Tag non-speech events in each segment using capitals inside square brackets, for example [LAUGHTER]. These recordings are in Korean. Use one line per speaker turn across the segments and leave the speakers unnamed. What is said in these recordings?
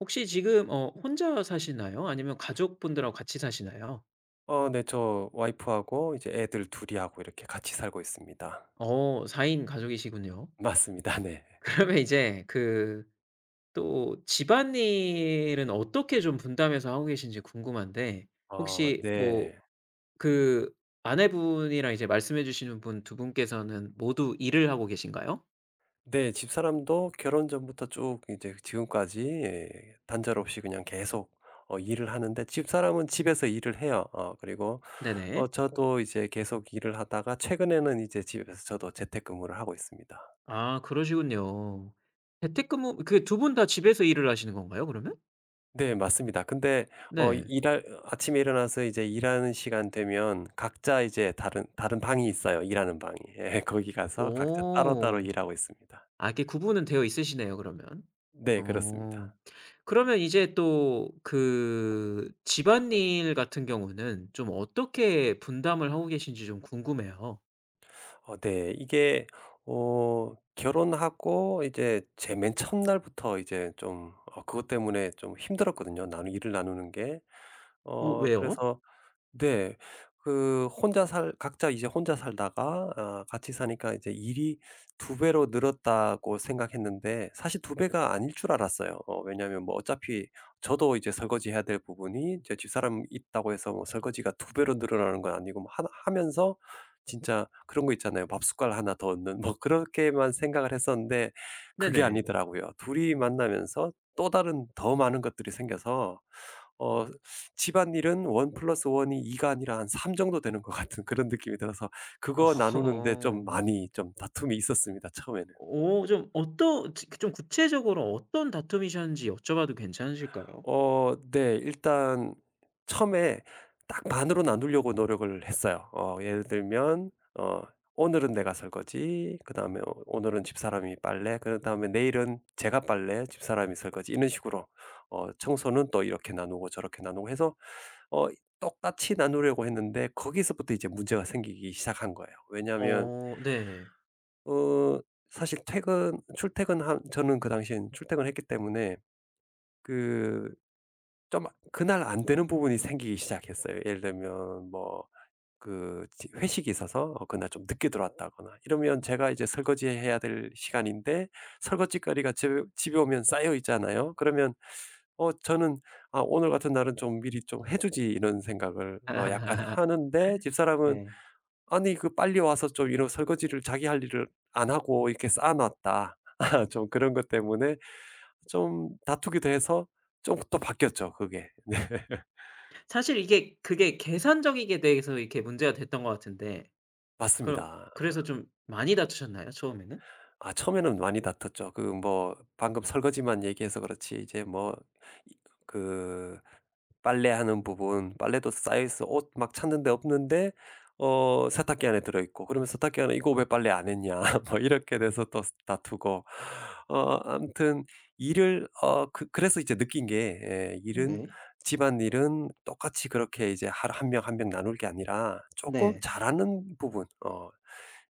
혹시 지금 혼자 사시나요? 아니면 가족분들하고 같이 사시나요?
네. 저 와이프하고 이제 애들 둘 이하고 이렇게 같이 살고 있습니다.
어 4인 인 가족이시군요.
[LAUGHS]
[LAUGHS]
맞습니다. 네.
그러면 또 집안일은 어떻게 좀 분담해서 하고 계신지 궁금한데
어
혹시
네.
그 아내분이랑 이제 말씀해 주시는 분 두 분께서는 모두 일을 하고 계신가요?
네. 집사람도 결혼 전부터 쭉 이제 지금까지 예 단절 없이 그냥 계속 일을 하는데 집사람은 집에서 일을 해요. 그리고
네네.
저도 이제 계속 일을 하다가 최근에는 이제 집에서 저도 재택근무를 하고 있습니다.
아 그러시군요. 재택근무 그 두 분 다 집에서 일을 하시는 건가요 그러면?
네 맞습니다. 근데
네.
일할 아침에 일어나서 이제 일하는 시간 되면 각자 이제 다른 방이 있어요, 일하는 방이. [LAUGHS] 예 거기 가서 각자 따로따로
어.
일하고 있습니다.
아 이렇게 구분은 되어 있으시네요 그러면.
네
어.
그렇습니다.
그러면 이제 또 그 집안일 같은 경우는 좀 어떻게 분담을 하고 계신지 좀 궁금해요.
어 네. 이게 결혼하고 이제 제 맨 첫날부터 이제 좀 어 그것 때문에 좀 힘들었거든요, 나누 일을 나누는 게.
어
어
왜요?
그래서 네. 그 혼자 살 각자 이제 혼자 살다가 아 같이 사니까 이제 일이 두 배로 늘었다고 생각했는데 사실 두 배가 아닐 줄 알았어요. 어 왜냐하면 뭐 어차피 저도 이제 설거지해야 될 부분이 이제 집사람 있다고 해서 뭐 설거지가 두 배로 늘어나는 건 아니고 뭐 하 하면서 진짜 그런 거 있잖아요. 밥 숟갈 하나 더 얻는 뭐 그렇게만 생각을 했었는데 그게
네네.
아니더라고요. 둘이 만나면서 또 다른 더 많은 것들이 생겨서 어 집안일은 1 플러스 1이 2가 아니라 한 3 정도 되는 것 같은 [LAUGHS] 그런 느낌이 들어서 그거
[LAUGHS]
나누는데 좀
어.
많이 좀 다툼이 있었습니다 처음에는.
어 좀 어떠 지 좀 구체적으로 어떤 다툼이셨는지 여쭤봐도 괜찮으실까요?
어 네. 일단 처음에 딱 반으로 나누려고 노력을 했어요. 어 예를 들면 어 오늘은 내가 설거지 그다음에 어 오늘은 집사람이 빨래 그 다음에 내일은 제가 빨래 집사람이 설거지 이런 식으로 청소는 또 이렇게 나누고 저렇게 나누고 해서 어 똑같이 나누려고 했는데 거기서부터 이제 문제가 생기기 시작한 거예요. 왜냐하면
어 네.
어 사실 퇴근 출퇴근한 저는 그 당시엔 출퇴근을 했기 때문에 그 좀 그날 안 되는 부분이 생기기 시작했어요. 예를 들면 뭐 그 회식이 있어서 어 그날 좀 늦게 들어왔다거나 이러면 제가 이제 설거지해야 될 시간인데 설거지거리가 제 집에 오면 쌓여 있잖아요. 그러면 어 저는 '아 오늘 같은 날은 좀 미리 좀 해 주지.' 이런 생각을 어 약간
[LAUGHS]
하는데 집사람은
네.
'아니 그 빨리 와서 좀 이런 설거지를 자기 할 일을 안 하고 이렇게 쌓아 놨다.' [LAUGHS] 좀 그런 것 때문에 좀 다투기도 해서 좀 또 바뀌었죠 그게. [LAUGHS] 네.
사실 이게 그게 계산적이게 대해서 이렇게 문제가 됐던 것 같은데 그러
맞습니다.
그래서 좀 많이 다투셨나요 처음에는?
아 처음에는 많이 다퉜죠. 그 뭐 방금 설거지만 얘기해서 그렇지 이제 뭐 이 그 빨래하는 부분 빨래도 쌓여 있어 옷 막 찾는데 없는데 세탁기 안에 들어 있고 그러면 세탁기 안에 "이거 왜 빨래 안 했냐." [LAUGHS] 뭐 이렇게 돼서 또 다투고 어 아무튼 일을 어 그 그래서 이제 느낀 게 예 일은
네네.
집안일은 똑같이 그렇게 이제 하루 한 명, 한명 나눌 게 아니라 조금
네.
잘하는 부분 어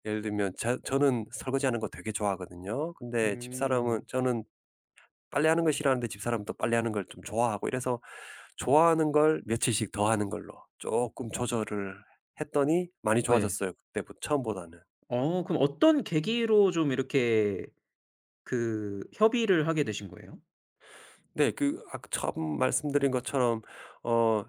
예를 들면 자 저는 설거지하는 거 되게 좋아하거든요. 근데
음.
집사람은 저는 빨래하는 걸 싫어하는데 집사람은 또 빨래하는 걸 좀 좋아하고 이래서 좋아하는 걸 며칠씩 더 하는 걸로 조금 조절을 했더니 많이
예.
좋아졌어요 그때 처음보다는.
어 그럼 어떤 계기로 좀 이렇게 그 협의를 하게 되신 거예요?
네. 그 아까 처음 말씀드린 것처럼 어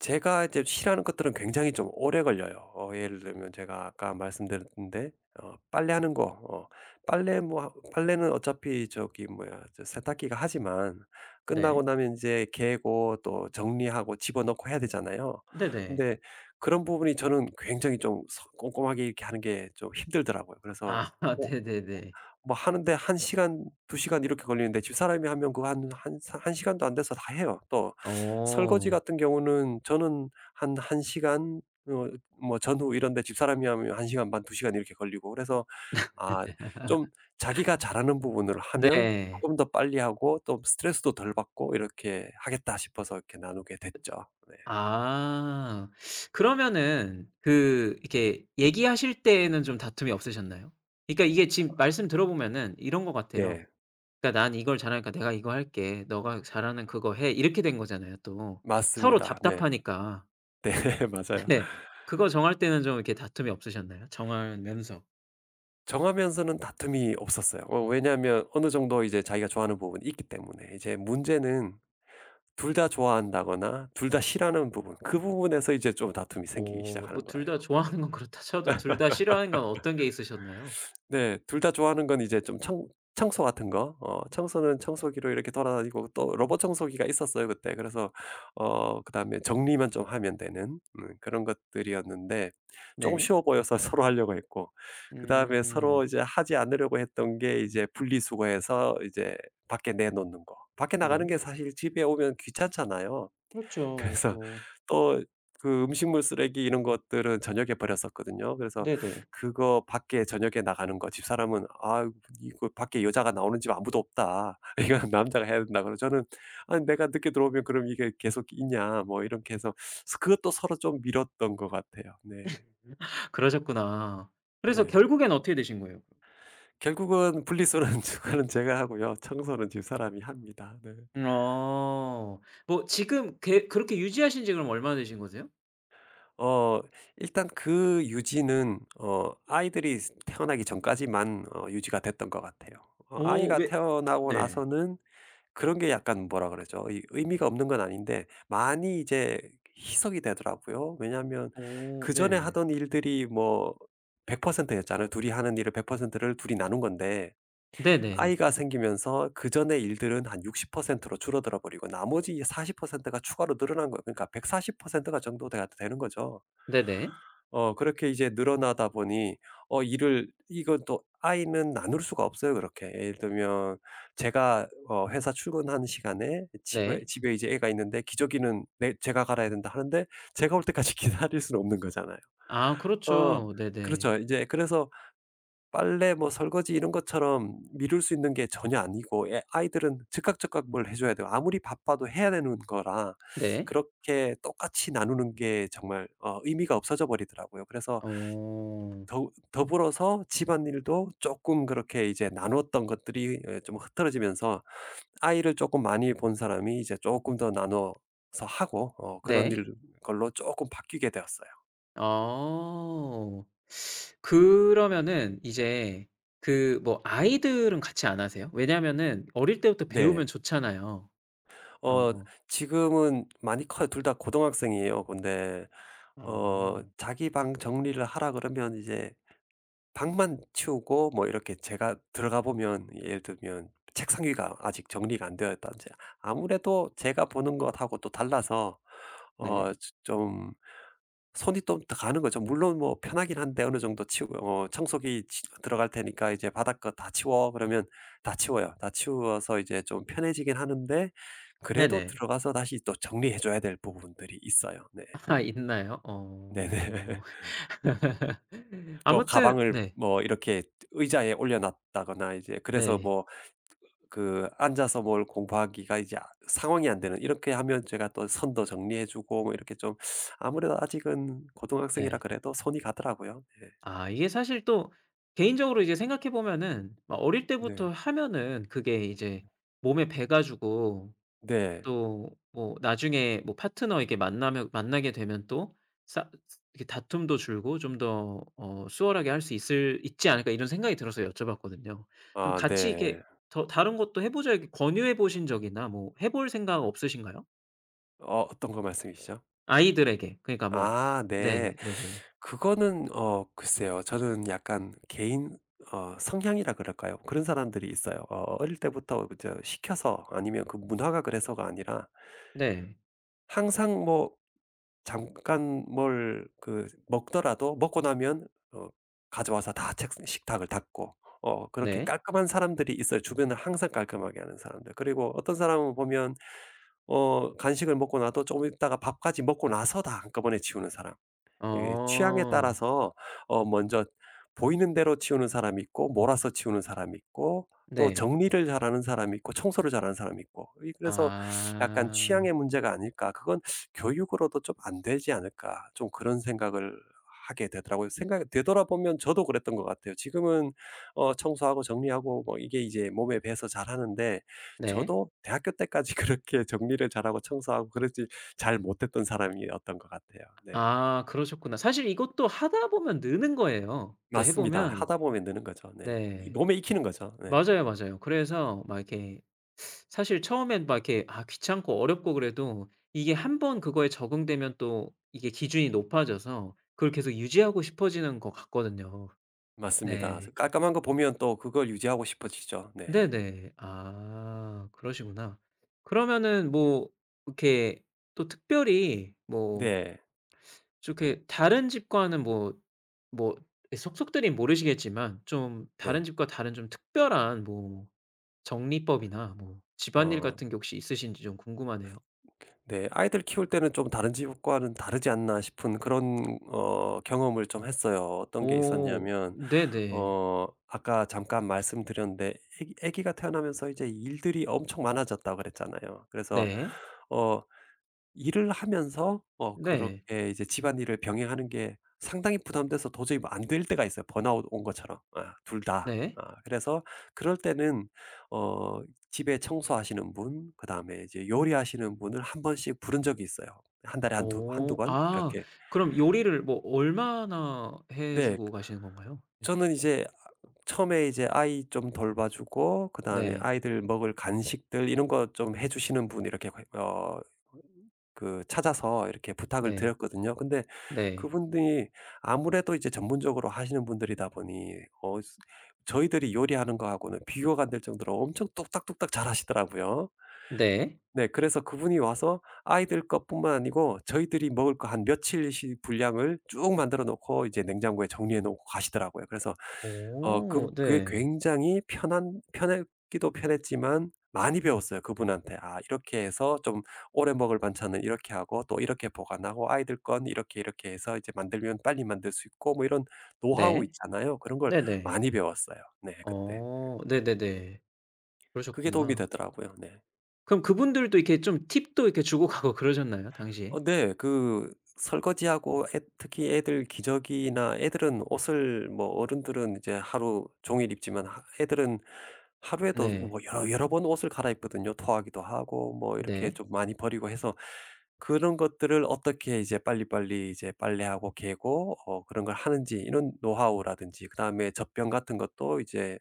제가 이제 싫어하는 것들은 굉장히 좀 오래 걸려요. 어 예를 들면 제가 아까 말씀드렸는데 어 빨래하는 거 어 빨래 뭐 하 빨래는 어차피 저기 뭐야 저 세탁기가 하지만 끝나고
네.
나면 이제 개고 또 정리하고 집어넣고 해야 되잖아요.
네네.
근데 그런 부분이 저는 굉장히 좀 서 꼼꼼하게 이렇게 하는 게 좀 힘들더라고요.
아
그래서
[LAUGHS]
어 어
네네네.
뭐 하는데 한 시간 두 시간 이렇게 걸리는데 집사람이 하면 그거 한 한 사 한 시간도 안 돼서 다 해요 또. 설거지
어.
같은 경우는 저는 한 1 시간 어 뭐 전후 이런데 집사람이 하면 1 시간 반, 2 시간 이렇게 걸리고 그래서 아 좀 자기가 잘하는 부분을 하면
네.
쪼끔 더 빨리 하고 또 스트레스도 덜 받고 이렇게 하겠다 싶어서 이렇게 나누게 됐죠. 네.
아. 그러면은 그 이렇게 얘기하실 때에는 좀 다툼이 없으셨나요? 그러니까 이게 지금 말씀 들어보면은 이런 것 같아요.
네.
그러니까 "난 이걸 잘하니까 내가 이거 할게. 너가 잘하는 그거 해." 이렇게 된 거잖아요 또. 서로
맞습니다. 네.
답답하니까.
네. [LAUGHS] 맞아요.
네. 그거 정할 때는 좀 이렇게 다툼이 없으셨나요? 정하면서.
정하면서는 다툼이 없었어요. 어 왜냐하면 어느 정도 이제 자기가 좋아하는 부분이 있기 때문에. 이제 문제는 둘 다 좋아한다거나 둘 다 싫어하는 부분 그 부분에서 이제 좀 다툼이 생기기
어
시작하는
뭐 둘
거예요.
다 좋아하는 건 그렇다 쳐도 둘 다 싫어하는 건 어떤 게 있으셨나요?
네. 둘 다 좋아하는 건 이제 좀 청 청소 같은 거 어 청소는 청소기로 이렇게 돌아다니고 또 로봇 청소기가 있었어요 그때. 그래서 그다음에 정리만 좀 하면 되는 그런 것들이었는데 조금
네.
쉬워 보여서 [LAUGHS] 서로 하려고 했고 그다음에 서로
음.
이제 하지 않으려고 했던 게 이제 분리수거해서 이제 밖에 내놓는 거. 밖에 나가는
네.
게 사실 집에 오면 귀찮잖아요.
그렇죠.
그래서
또
또 그 음식물 쓰레기 이런 것들은 저녁에 버렸었거든요. 그래서
네네.
그거 밖에 저녁에 나가는 거 집사람은 "아 이거 밖에 여자가 나오는 집 아무도 없다. [LAUGHS] 이건 남자가 해야 된다." 그러고 저는 아 내가 늦게 들어오면 그럼 이게 계속 있냐." 뭐 이렇게 해서 그것도 서로 좀 미뤘던 것 같아요. 네.
그러셨구나. 그래서
네.
결국엔 어떻게 되신 거예요?
결국은 분리수거는 주 [LAUGHS] 제가 하고요. 청소는 집사람이 합니다. 네.
어. 뭐 지금 계 그렇게 유지하신 지 그럼 얼마나 되신 거세요?
어 일단 그 유지는 어 아이들이 태어나기 전까지만 유지가 됐던 것 같아요. 어
어
아이가
왜
태어나고
네.
나서는 그런 게 약간 뭐라 그러죠? 이 의미가 없는 건 아닌데 많이 이제 희석이 되더라고요. 왜냐하면
어
그전에
네.
하던 일들이 뭐 100% 였잖아요. 둘이 하는 일을 100%를 둘이 나눈 건데
네네.
아이가 생기면서 그전의 일들은 한 60%로 줄어들어 버리고 나머지 40%가 추가로 늘어난 거예요. 그러니까 140%가 정도 돼가 되는 거죠.
네네.
어 그렇게 이제 늘어나다 보니 어 일을 이건 또 아이는 나눌 수가 없어요 그렇게. 예를 들면 제가 어 회사 출근하는 시간에 집에
네.
집에 이제 애가 있는데 기저귀는 내 제가 갈아야 된다 하는데 제가 올 때까지 [LAUGHS] 기다릴 수는 없는 거잖아요.
아
어
그렇죠. 네네.
그렇죠. 이제 그래서 빨래 뭐 설거지 이런 것처럼 미룰 수 있는 게 전혀 아니고 애 아이들은 즉각, 즉각 뭘 해 줘야 돼요. 아무리 바빠도 해야 되는 거라
네.
그렇게 똑같이 나누는 게 정말 의미가 없어져 버리더라고요. 그래서
어.
더 더불어서 집안일도 조금 그렇게 이제 나눴던 것들이 어, 좀 흐트러지면서 아이를 조금 많이 본 사람이 이제 조금 더 나눠서 하고 어 그런
네.
일 걸로 조금 바뀌게 되었어요.
어. 그러면은 이제 그 뭐 아이들은 같이 안 하세요? 왜냐면은 어릴 때부터
네.
배우면 좋잖아요, 그런
어
거.
지금은 많이 커요. 둘 다 고등학생이에요. 근데
아
자기 방 정리를 하라 그러면 이제 방만 치우고 뭐 이렇게 제가 들어가 보면 예를 들면 책상 위가 아직 정리가 안 되어 있다든지 아무래도 제가 보는 것하고 또 달라서 어
네.
좀 손이 좀 더 가는 거죠. 물론 뭐 편하긴 한데 어느 정도 치우 어 청소기 치 들어갈 테니까 이제 "바닥 거 다 치워." 그러면 다 치워요. 다 치워서 이제 좀 편해지긴 하는데 그래도
네네.
들어가서 다시 또 정리해 줘야 될 부분들이 있어요. 네.
아 있나요? 어.
네네. [LAUGHS]
[LAUGHS]
뭐
아무튼
가방을
네.
뭐 이렇게 의자에 올려 놨다거나 이제 그래서
네.
뭐 그 앉아서 뭘 공부하기가 이제 아 상황이 안 되는 이렇게 하면 제가 또 선도 정리해 주고 뭐 이렇게 좀 아무래도 아직은 고등학생이라
네.
그래도 손이 가더라고요. 네.
아 이게 사실 또 개인적으로 이제 생각해 보면은 막 어릴
네.
때부터 하면은 그게 이제 몸에 배 가지고
네.
또 뭐 나중에 뭐 파트너에게 만나면 만나게 되면 또 싸 이렇게 다툼도 줄고 좀 더 어 수월하게 할 수 있을 있지 않을까 이런 생각이 들어서 여쭤봤거든요. 좀
아
같이
네.
이렇게 더 다른 것도 해 보자 이렇게 권유해 보신 적이나 뭐 해볼 생각 없으신가요?
어 어떤 거 말씀이시죠?
아이들에게. 그러니까 뭐
아 네.
네 네네네.
그거는 어 글쎄요. 저는 약간 개인 성향이라 그럴까요? 그런 사람들이 있어요. 어 어릴 때부터 이제 시켜서 아니면 그 문화가 그래서가 아니라
네. 네.
항상 뭐 잠깐 뭘 그 먹더라도 먹고 나면 어 가져와서 다 책 식탁을 닦고 그렇게
네.
깔끔한 사람들이 있어요. 주변을 항상 깔끔하게 하는 사람들. 그리고 어떤 사람은 보면 간식을 먹고 나도 조금 있다가 밥까지 먹고 나서 다 한꺼번에 치우는 사람. 예 취향에
어.
따라서 어 먼저 보이는 대로 치우는 사람이 있고 몰아서 치우는 사람이 있고 또
네.
정리를 잘하는 사람이 있고 청소를 잘하는 사람이 있고 이 그래서 약간
아.
'취향의 문제가 아닐까. 그건 교육으로도 좀 안 되지 않을까.' 좀 그런 생각을 하게 되더라고요. 생각 되돌아보면 저도 그랬던 것 같아요. 지금은 청소하고 정리하고 뭐 이게 이제 몸에 배서 잘하는데
네.
저도 대학교 때까지 [LAUGHS] 그렇게 정리를 잘하고 청소하고 그러지 잘 못했던 사람이었던 것 같아요. 네.
아 그러셨구나. 사실 이것도 하다 보면 느는 거예요. 또 해
맞습니다.
보면.
하다 보면 느는 거죠. 네. 이
네.
몸에 익히는 거죠. 네.
맞아요, 맞아요. 그래서 막 이렇게 사실 처음엔 막 이렇게 아 귀찮고 어렵고 그래도 이게 한번 그거에 적응되면 또 이게 기준이 높아져서 그걸 계속 유지하고 싶어지는 것 같거든요.
맞습니다. 그래서
네.
깔끔한 거 보면 또 그걸 유지하고 싶어지죠. 네.
네네. 아 그러시구나. 그러면은 뭐 이렇게 또 특별히 뭐
네.
이렇게 다른 집과는 뭐 뭐 속속들이 모르시겠지만 좀 다른
네.
집과 다른 좀 특별한 뭐 정리법이나 뭐 집안일 같은
어
게 혹시 있으신지 좀 궁금하네요.
네. 아이들 키울 때는 좀 다른 집과는 다르지 않나 싶은 그런 경험을 좀 했어요. 어떤 게
오
있었냐면
네네.
어 아까 잠깐 말씀드렸는데 애기가 태어나면서 이제 일들이 엄청 많아졌다고 그랬잖아요. 그래서
네.
어 일을 하면서 어
네.
그렇게 이제 집안일을 병행하는 게 상당히 부담돼서 도저히 뭐 안 될 때가 있어요 번아웃 온 것처럼. 아 둘 다.
네.
아 그래서 그럴 때는 어 집에 청소하시는 분 그다음에 이제 요리하시는 분을 한 번씩 부른 적이 있어요. 한 달에 한 두 한두
어
번
아
이렇게.
그럼 요리를 뭐 얼마나 해
네.
주고 가시는 건가요? 네.
저는 이제 처음에 이제 아이 좀 돌봐주고 그다음에
네.
아이들 먹을 간식들 이런 거 좀 해 주시는 분 이렇게 그 어 그 찾아서 이렇게 부탁을
네.
드렸거든요. 근데
네.
그분들이 아무래도 이제 전문적으로 하시는 분들이다 보니 어 저희들이 요리하는 거하고는 비교가 안 될 정도로 엄청 뚝딱뚝딱 잘하시더라고요.
네.
네. 그래서 그분이 와서 아이들 것뿐만 아니고 저희들이 먹을 거 한 며칠씩 분량을 쭉 만들어 놓고 이제 냉장고에 정리해 놓고 가시더라고요. 그래서 어 그
오
그게
네.
굉장히 편한 편했기도 편했지만 많이 배웠어요 그분한테. '아 이렇게 해서 좀 오래 먹을 반찬은 이렇게 하고 또 이렇게 보관하고 아이들 건 이렇게, 이렇게 해서 이제 만들면 빨리 만들 수 있고.' 뭐 이런 노하우
네.
있잖아요. 그런 걸
네네.
많이 배웠어요. 네 그때.
어 네네네.
그게 도움이
그러셨구나.
되더라고요. 네.
그럼 그분들도 이렇게 좀 팁도 이렇게 주고 가고 그러셨나요 당시에?
어 네. 그 설거지하고 애 특히 애들 기저귀나 애들은 옷을 뭐 어른들은 이제 하루 종일 입지만 하 애들은 하루에도
네.
뭐 여러 번 옷을 갈아입거든요. 토하기도 하고 뭐 이렇게
네.
좀 많이 버리고 해서 그런 것들을 어떻게 이제 빨리빨리 이제 빨래하고 개고 어 그런 걸 하는지 이런 노하우라든지 그다음에 젖병 같은 것도 이제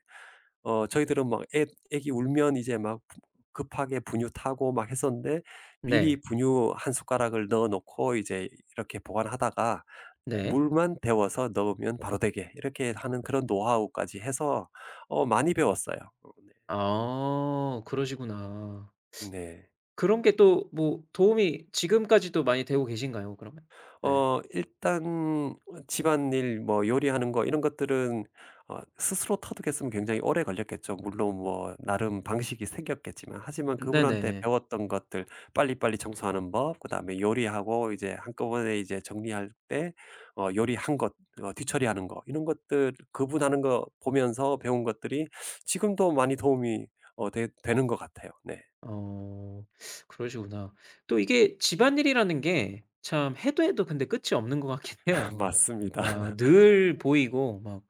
어 저희들은 막 애 애기 울면 이제 막 급하게 분유 타고 막 했었는데 미리
네.
분유 한 숟가락을 넣어 놓고 이제 이렇게 보관하다가
네.
물만 데워서 넣으면 바로 되게 이렇게 하는 그런 노하우까지 해서 많이 배웠어요. 어 네.
아 그러시구나.
네.
그런 게 또 뭐 도움이 지금까지도 많이 되고 계신가요 그러면? 네.
어 일단 집안일 뭐 요리하는 거 이런 것들은 스스로 터득했으면 굉장히 오래 걸렸겠죠. 물론 뭐 나름 방식이 생겼겠지만 하지만 그분한테
네네.
배웠던 것들 빨리빨리 청소하는 법, 그다음에 요리하고 이제 한꺼번에 이제 정리할 때 요리한 것 뒤처리하는 거 이런 것들 그분 하는 거 보면서 배운 것들이 지금도 많이 도움이 어 되 되는 것 같아요. 네.
어 그러시구나. 또 이게 집안일이라는 게 참 해도 해도 근데 끝이 없는 것 같긴
[LAUGHS]
해요.
맞습니다.
막 늘 보이고 막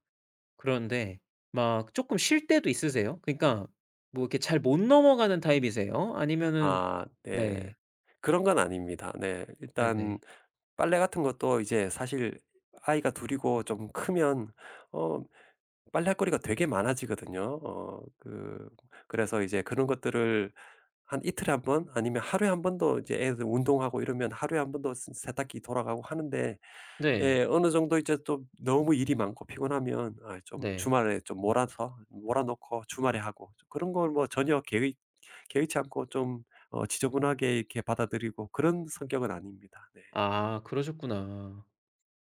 그런데 막 쪼끔 쉴 때도 있으세요? 그러니까 뭐 이렇게 잘 못 넘어가는 타입이세요? 음. 아니면은
아 네.
네.
그런 건 아닙니다. 네. 일단
네네.
빨래 같은 것도 이제 사실 아이가 둘 이고 좀 크면 어 빨래할 거리가 되게 많아지거든요. 어 그 그래서 이제 그런 것들을 한 이틀에 한 번 아니면 하루에 한 번도 이제 애들 운동하고 이러면 하루에 한 번도 세 세탁기 돌아가고 하는데
네.
예. 어느 정도 이제 또 너무 일이 많고 피곤하면 아 좀
네.
주말에 좀 몰아서 몰아 놓고 주말에 하고 그런 걸 뭐 전혀 개의치 않고 좀 지저분하게 이렇게 받아들이고 그런 성격은 아닙니다. 네.
아 그러셨구나.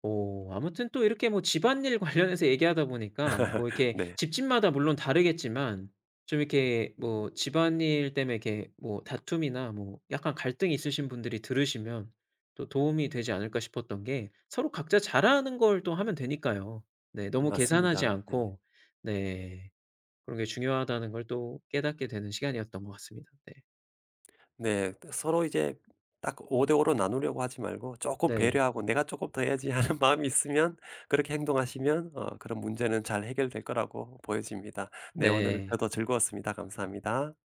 오 아무튼 또 이렇게 뭐 집안일 [LAUGHS] 관련해서 얘기하다 보니까 뭐 이렇게
네.
집집마다 물론 다르겠지만 좀 이렇게 뭐 집안일 때문에 이렇게 뭐 다툼이나 뭐 약간 갈등이 있으신 분들이 들으시면 또 도움이 되지 않을까 싶었던 게 서로 각자 잘하는 걸 또 하면 되니까요. 네 너무 계산하지
맞습니다. 네.
않고 네 그런 게 중요하다는 걸 또 깨닫게 되는 시간이었던 것 같습니다. 네.
네. 서로 이제 딱 5대5로 나누려고 하지 말고 조금
네.
배려하고 '내가 조금 더 해야지.' 하는 [LAUGHS] 마음이 있으면 그렇게 행동하시면 그런 문제는 잘 해결될 거라고 보여집니다. 네. 오늘
네.
저도 즐거웠습니다. 감사합니다.